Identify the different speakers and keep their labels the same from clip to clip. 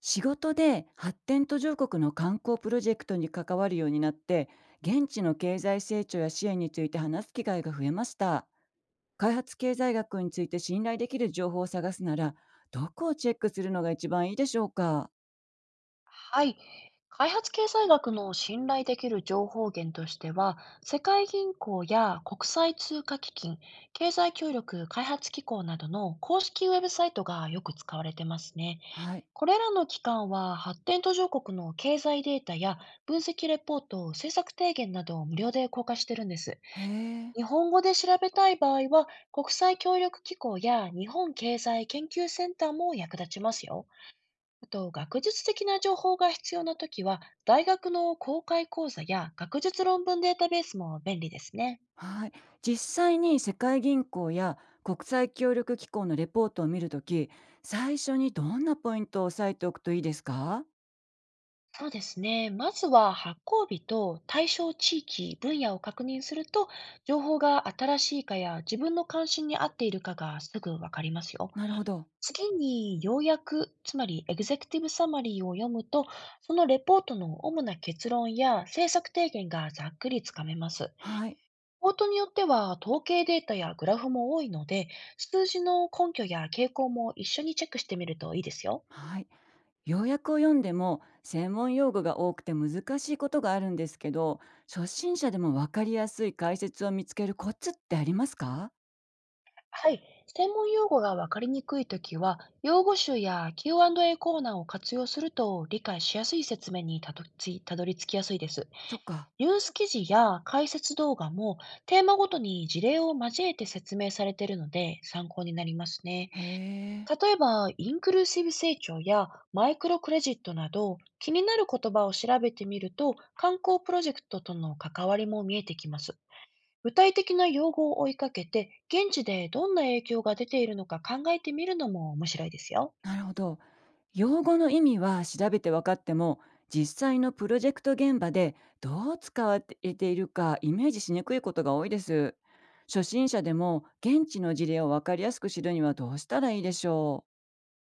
Speaker 1: 仕事で発展途上国の観光プロジェクトに関わるようになって、現地の経済成長や支援について話す機会が増えました。開発経済学について信頼できる情報を探すなら、どこをチェックするのが一番いいでしょうか？
Speaker 2: はい。開発経済学の信頼できる情報源としては、世界銀行や国際通貨基金、経済協力開発機構などの公式ウェブサイトがよく使われてますね。
Speaker 1: はい。
Speaker 2: これらの機関は発展途上国の経済データや分析レポート、政策提言などを無料で公開してるんです。
Speaker 1: へえ。
Speaker 2: 日本語で調べたい場合は、国際協力機構や日本経済研究センターも役立ちますよ。あと、学術的な情報が必要なときは、大学の公開講座や学術論文データベースも便利ですね。
Speaker 1: はい。実際に世界銀行や国際協力機構のレポートを見るとき、最初にどんなポイントを押さえておくといいですか？
Speaker 2: そうですね。まずは発行日と対象地域、分野を確認すると、情報が新しいかや自分の関心に合っているかがすぐわかりますよ。
Speaker 1: なるほど。
Speaker 2: 次に、要約、つまりエグゼクティブサマリーを読むと、そのレポートの主な結論や政策提言がざっくりつかめます。
Speaker 1: はい。
Speaker 2: ポートによっては統計データやグラフも多いので、数字の根拠や傾向も一緒にチェックしてみるといいですよ。
Speaker 1: はい。要約を読んでも専門用語が多くて難しいことがあるんですけど、初心者でも分かりやすい解説を見つけるコツってありますか？
Speaker 2: はい。専門用語がわかりにくいときは、用語集や Q&A コーナーを活用すると、理解しやすい説明にたどり着きやすいです。
Speaker 1: そっか。
Speaker 2: ニュース記事や解説動画も、テーマごとに事例を交えて説明されているので参考になりますね。
Speaker 1: へえ。
Speaker 2: 例えば、インクルーシブ成長やマイクロクレジットなど、気になる言葉を調べてみると、観光プロジェクトとの関わりも見えてきます。具体的な用語を追いかけて、現地でどんな影響が出ているのか考えてみるのも面白いですよ。
Speaker 1: なるほど。用語の意味は調べて分かっても、実際のプロジェクト現場でどう使われているかイメージしにくいことが多いです。初心者でも現地の事例を分かりやすく知るにはどうしたらいいでしょう？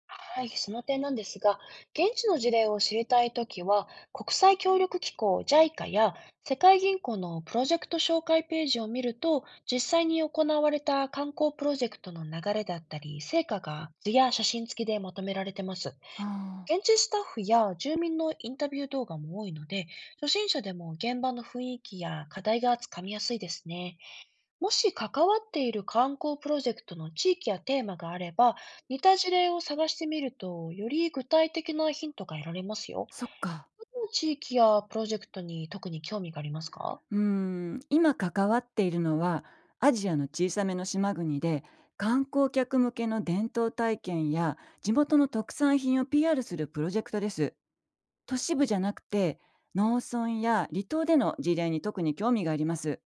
Speaker 2: はい、その点なんですが、現地の事例を知りたいときは、国際協力機構 JICA や世界銀行のプロジェクト紹介ページを見ると、実際に行われた観光プロジェクトの流れだったり、成果が図や写真付きでまとめられてます。
Speaker 1: ああ。
Speaker 2: 現地スタッフや住民のインタビュー動画も多いので、初心者でも現場の雰囲気や課題がつかみやすいですね。もし関わっている観光プロジェクトの地域やテーマがあれば、似た事例を探してみると、より具体的なヒントが得られますよ。
Speaker 1: そっか。
Speaker 2: どの地域やプロジェクトに特に興味がありますか？
Speaker 1: うー今関わっているのはアジアの小さめの島国で、観光客向けの伝統体験や地元の特産品を PR するプロジェクトです。都市部じゃなくて、農村や離島での事例に特に興味があります。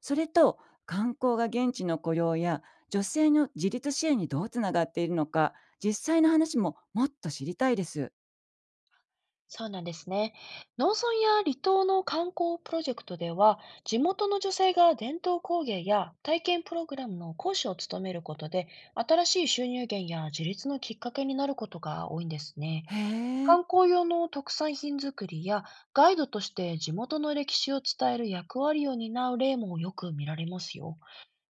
Speaker 1: それと、観光が現地の雇用や女性の自立支援にどうつながっているのか、実際の話ももっと知りたいです。
Speaker 2: そうなんですね。農村や離島の観光プロジェクトでは、地元の女性が伝統工芸や体験プログラムの講師を務めることで、新しい収入源や自立のきっかけになることが多いんですね。
Speaker 1: へえ、
Speaker 2: 観光用の特産品作りや、ガイドとして地元の歴史を伝える役割を担う例もよく見られますよ。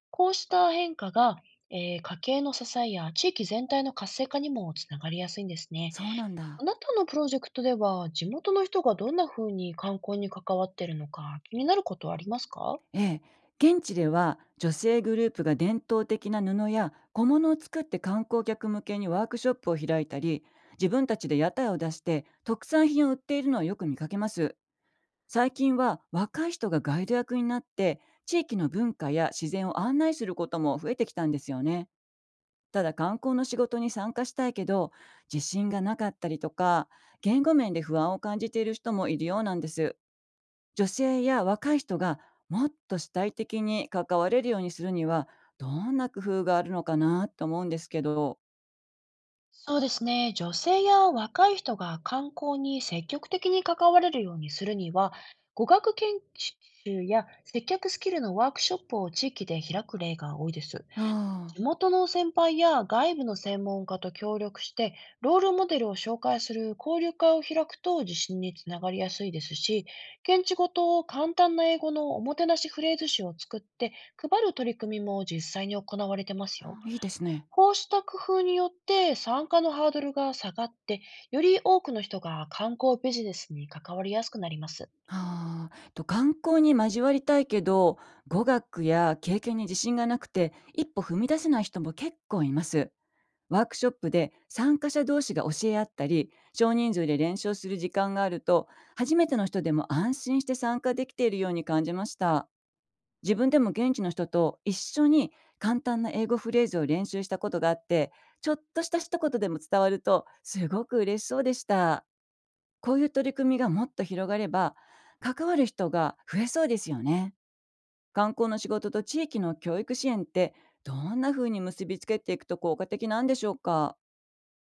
Speaker 2: こうした変化が、家計の支えや地域全体の活性化にもつながりやすいんですね。
Speaker 1: そうなん
Speaker 2: あ
Speaker 1: だ。
Speaker 2: なたのプロジェクトでは、地元の人がどんな風に観光に関わっているのか気になることはありますか？
Speaker 1: ええ、現地では女性グループが伝統的な布や小物を作って観光客向けにワークショップを開いたり、自分たちで屋台を出して特産品を売っているのをよく見かけます。最近は若い人がガイド役になって、地域の文化や自然を案内することも増えてきたんですよね。ただ、観光の仕事に参加したいけど自信がなかったりとか、言語面で不安を感じている人もいるようなんです。女性や若い人がもっと主体的に関われるようにするには、どんな工夫があるのかなと思うんですけど。
Speaker 2: そうですね。女性や若い人が観光に積極的に関われるようにするには、語学研修や接客スキルのワークショップを地域で開く例が多いです。
Speaker 1: あ
Speaker 2: 地元の先輩や外部の専門家と協力して、ロールモデルを紹介する交流会を開くと自信につながりやすいですし、現地ごと簡単な英語のおもてなしフレーズ集を作って配る取り組みも実際に行われてますよ。
Speaker 1: あ、いいですね。
Speaker 2: こうした工夫によって参加のハードルが下がって、より多くの人が観光ビジネスに関わりやすくなります。
Speaker 1: ああ、と観光に交わりたいけど、語学や経験に自信がなくて一歩踏み出せない人も結構います。ワークショップで参加者同士が教え合ったり、少人数で練習する時間があると、初めての人でも安心して参加できているように感じました。自分でも現地の人と一緒に簡単な英語フレーズを練習したことがあって、ちょっとした一言でも伝わるとすごく嬉しそうでした。こういう取り組みがもっと広がれば、関わる人が増えそうですよね。観光の仕事と地域の教育支援って、どんな風に結びつけていくと効果的なんでしょうか？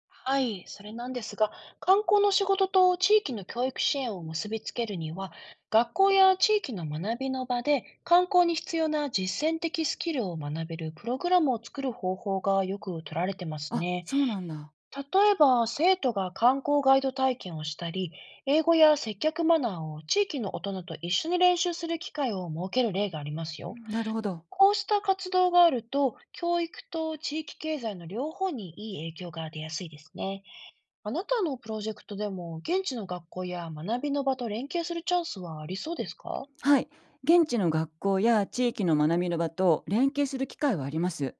Speaker 2: はい、それなんですが、観光の仕事と地域の教育支援を結びつけるには、学校や地域の学びの場で観光に必要な実践的スキルを学べるプログラムを作る方法がよく取られてます
Speaker 1: あ、
Speaker 2: ね。
Speaker 1: そうなんだ。
Speaker 2: 例えば、生徒が観光ガイド体験をしたり、英語や接客マナーを地域の大人と一緒に練習する機会を設ける例があります
Speaker 1: う
Speaker 2: よ。
Speaker 1: ん、なるほど。
Speaker 2: こうした活動があると、教育と地域経済の両方にいい影響が出やすいですね。あなたのプロジェクトでも、現地の学校や学びの場と連携するチャンスはありそうですか？
Speaker 1: はい。現地の学校や地域の学びの場と連携する機会はあります。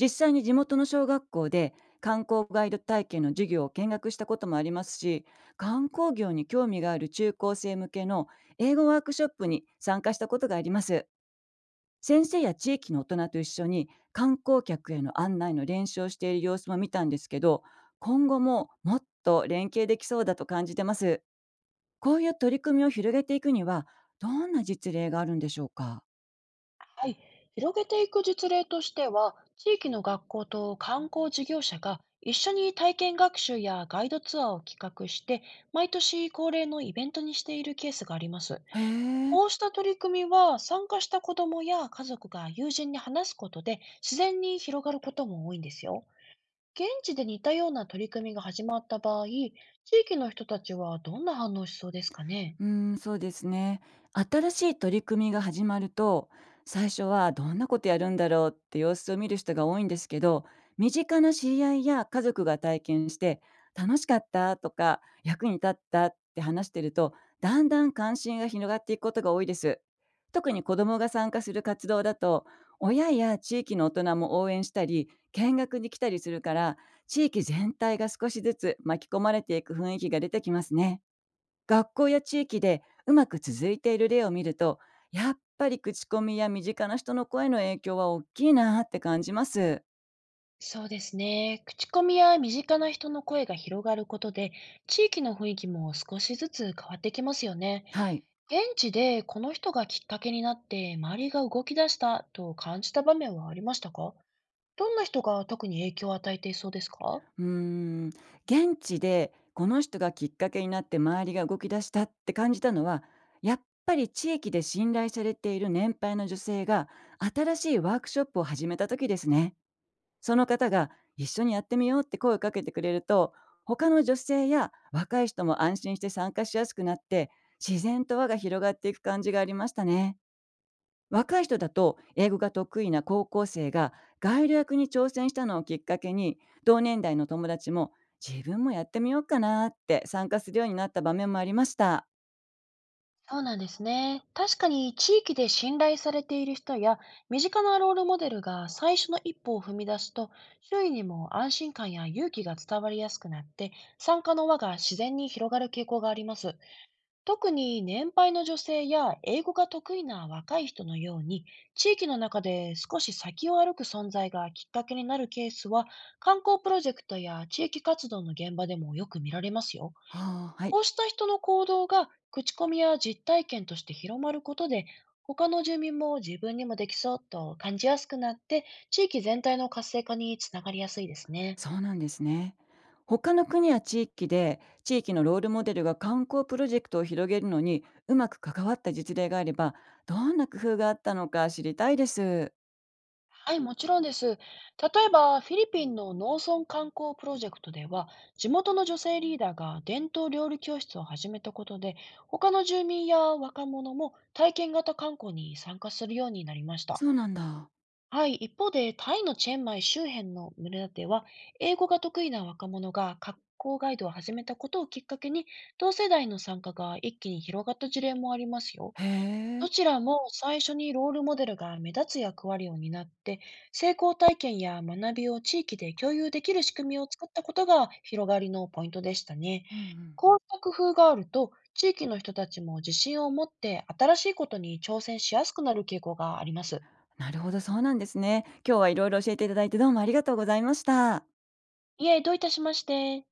Speaker 1: 実際に地元の小学校で観光ガイド体験の授業を見学したこともありますし、観光業に興味がある中高生向けの英語ワークショップに参加したことがあります。先生や地域の大人と一緒に観光客への案内の練習をしている様子も見たんですけど、今後ももっと連携できそうだと感じてます。こういう取り組みを広げていくには、どんな実例があるんでしょうか？
Speaker 2: はい、広げていく実例としては、地域の学校と観光事業者が一緒に体験学習やガイドツアーを企画して、毎年恒例のイベントにしているケースがあります。
Speaker 1: へえ。
Speaker 2: こうした取り組みは、参加した子どもや家族が友人に話すことで自然に広がることも多いんですよ。現地で似たような取り組みが始まった場合、地域の人たちはどんな反応をしそうですかね？
Speaker 1: うーん、そうですね。新しい取り組みが始まると、最初はどんなことやるんだろうって様子を見る人が多いんですけど、身近な知り合いや家族が体験して、楽しかったとか、役に立ったって話してると、だんだん関心が広がっていくことが多いです。特に子どもが参加する活動だと、親や地域の大人も応援したり、見学に来たりするから、地域全体が少しずつ巻き込まれていく雰囲気が出てきますね。学校や地域でうまく続いている例を見ると、やっぱり口コミや身近な人の声の影響は大きいなって感じます。
Speaker 2: そうですね。口コミや身近な人の声が広がることで、地域の雰囲気も少しずつ変わってきますよね。
Speaker 1: はい。
Speaker 2: 現地でこの人がきっかけになって周りが動き出したと感じた場面はありましたか？どんな人が特に影響を与えていそうですか？
Speaker 1: うーん現地でこの人がきっかけになって周りが動き出したって感じたのは、やっぱり地域で信頼されている年配の女性が新しいワークショップを始めた時ですね。その方が一緒にやってみようって声をかけてくれると、他の女性や若い人も安心して参加しやすくなって、自然と輪が広がっていく感じがありましたね。若い人だと英語が得意な高校生がガイド役に挑戦したのをきっかけに、同年代の友達も自分もやってみようかなって参加するようになった場面もありました。
Speaker 2: そうなんですね。確かに地域で信頼されている人や身近なロールモデルが最初の一歩を踏み出すと、周囲にも安心感や勇気が伝わりやすくなって、参加の輪が自然に広がる傾向があります。特に年配の女性や英語が得意な若い人のように、地域の中で少し先を歩く存在がきっかけになるケースは、観光プロジェクトや地域活動の現場でもよく見られますよ。
Speaker 1: はあ、はい。
Speaker 2: こうした人の行動が口コミや実体験として広まることで、他の住民も自分にもできそうと感じやすくなって、地域全体の活性化につながりやすいですね。
Speaker 1: そうなんですね。他の国や地域で地域のロールモデルが観光プロジェクトを広げるのにうまく関わった実例があれば、どんな工夫があったのか知りたいです。
Speaker 2: はい、もちろんです。例えば、フィリピンの農村観光プロジェクトでは、地元の女性リーダーが伝統料理教室を始めたことで、他の住民や若者も体験型観光に参加するようになりました。
Speaker 1: そうなんだ。
Speaker 2: はい、一方で、タイのチェンマイ周辺の村では、英語が得意な若者が観光ガイドを始めたことをきっかけに、同世代の参加が一気に広がった事例もありますよ。
Speaker 1: へ
Speaker 2: どち
Speaker 1: え。
Speaker 2: らも最初にロールモデルが目立つ役割を担って、成功体験や学びを地域で共有できる仕組みを作ったことが広がりのポイントでしたね。
Speaker 1: うんうん。
Speaker 2: こうした工夫があると、地域の人たちも自信を持って新しいことに挑戦しやすくなる傾向があります。
Speaker 1: なるほど、そうなんですね。今日はいろいろ教えていただいて、どうもありがとうございました。
Speaker 2: いえ、どういたしまして。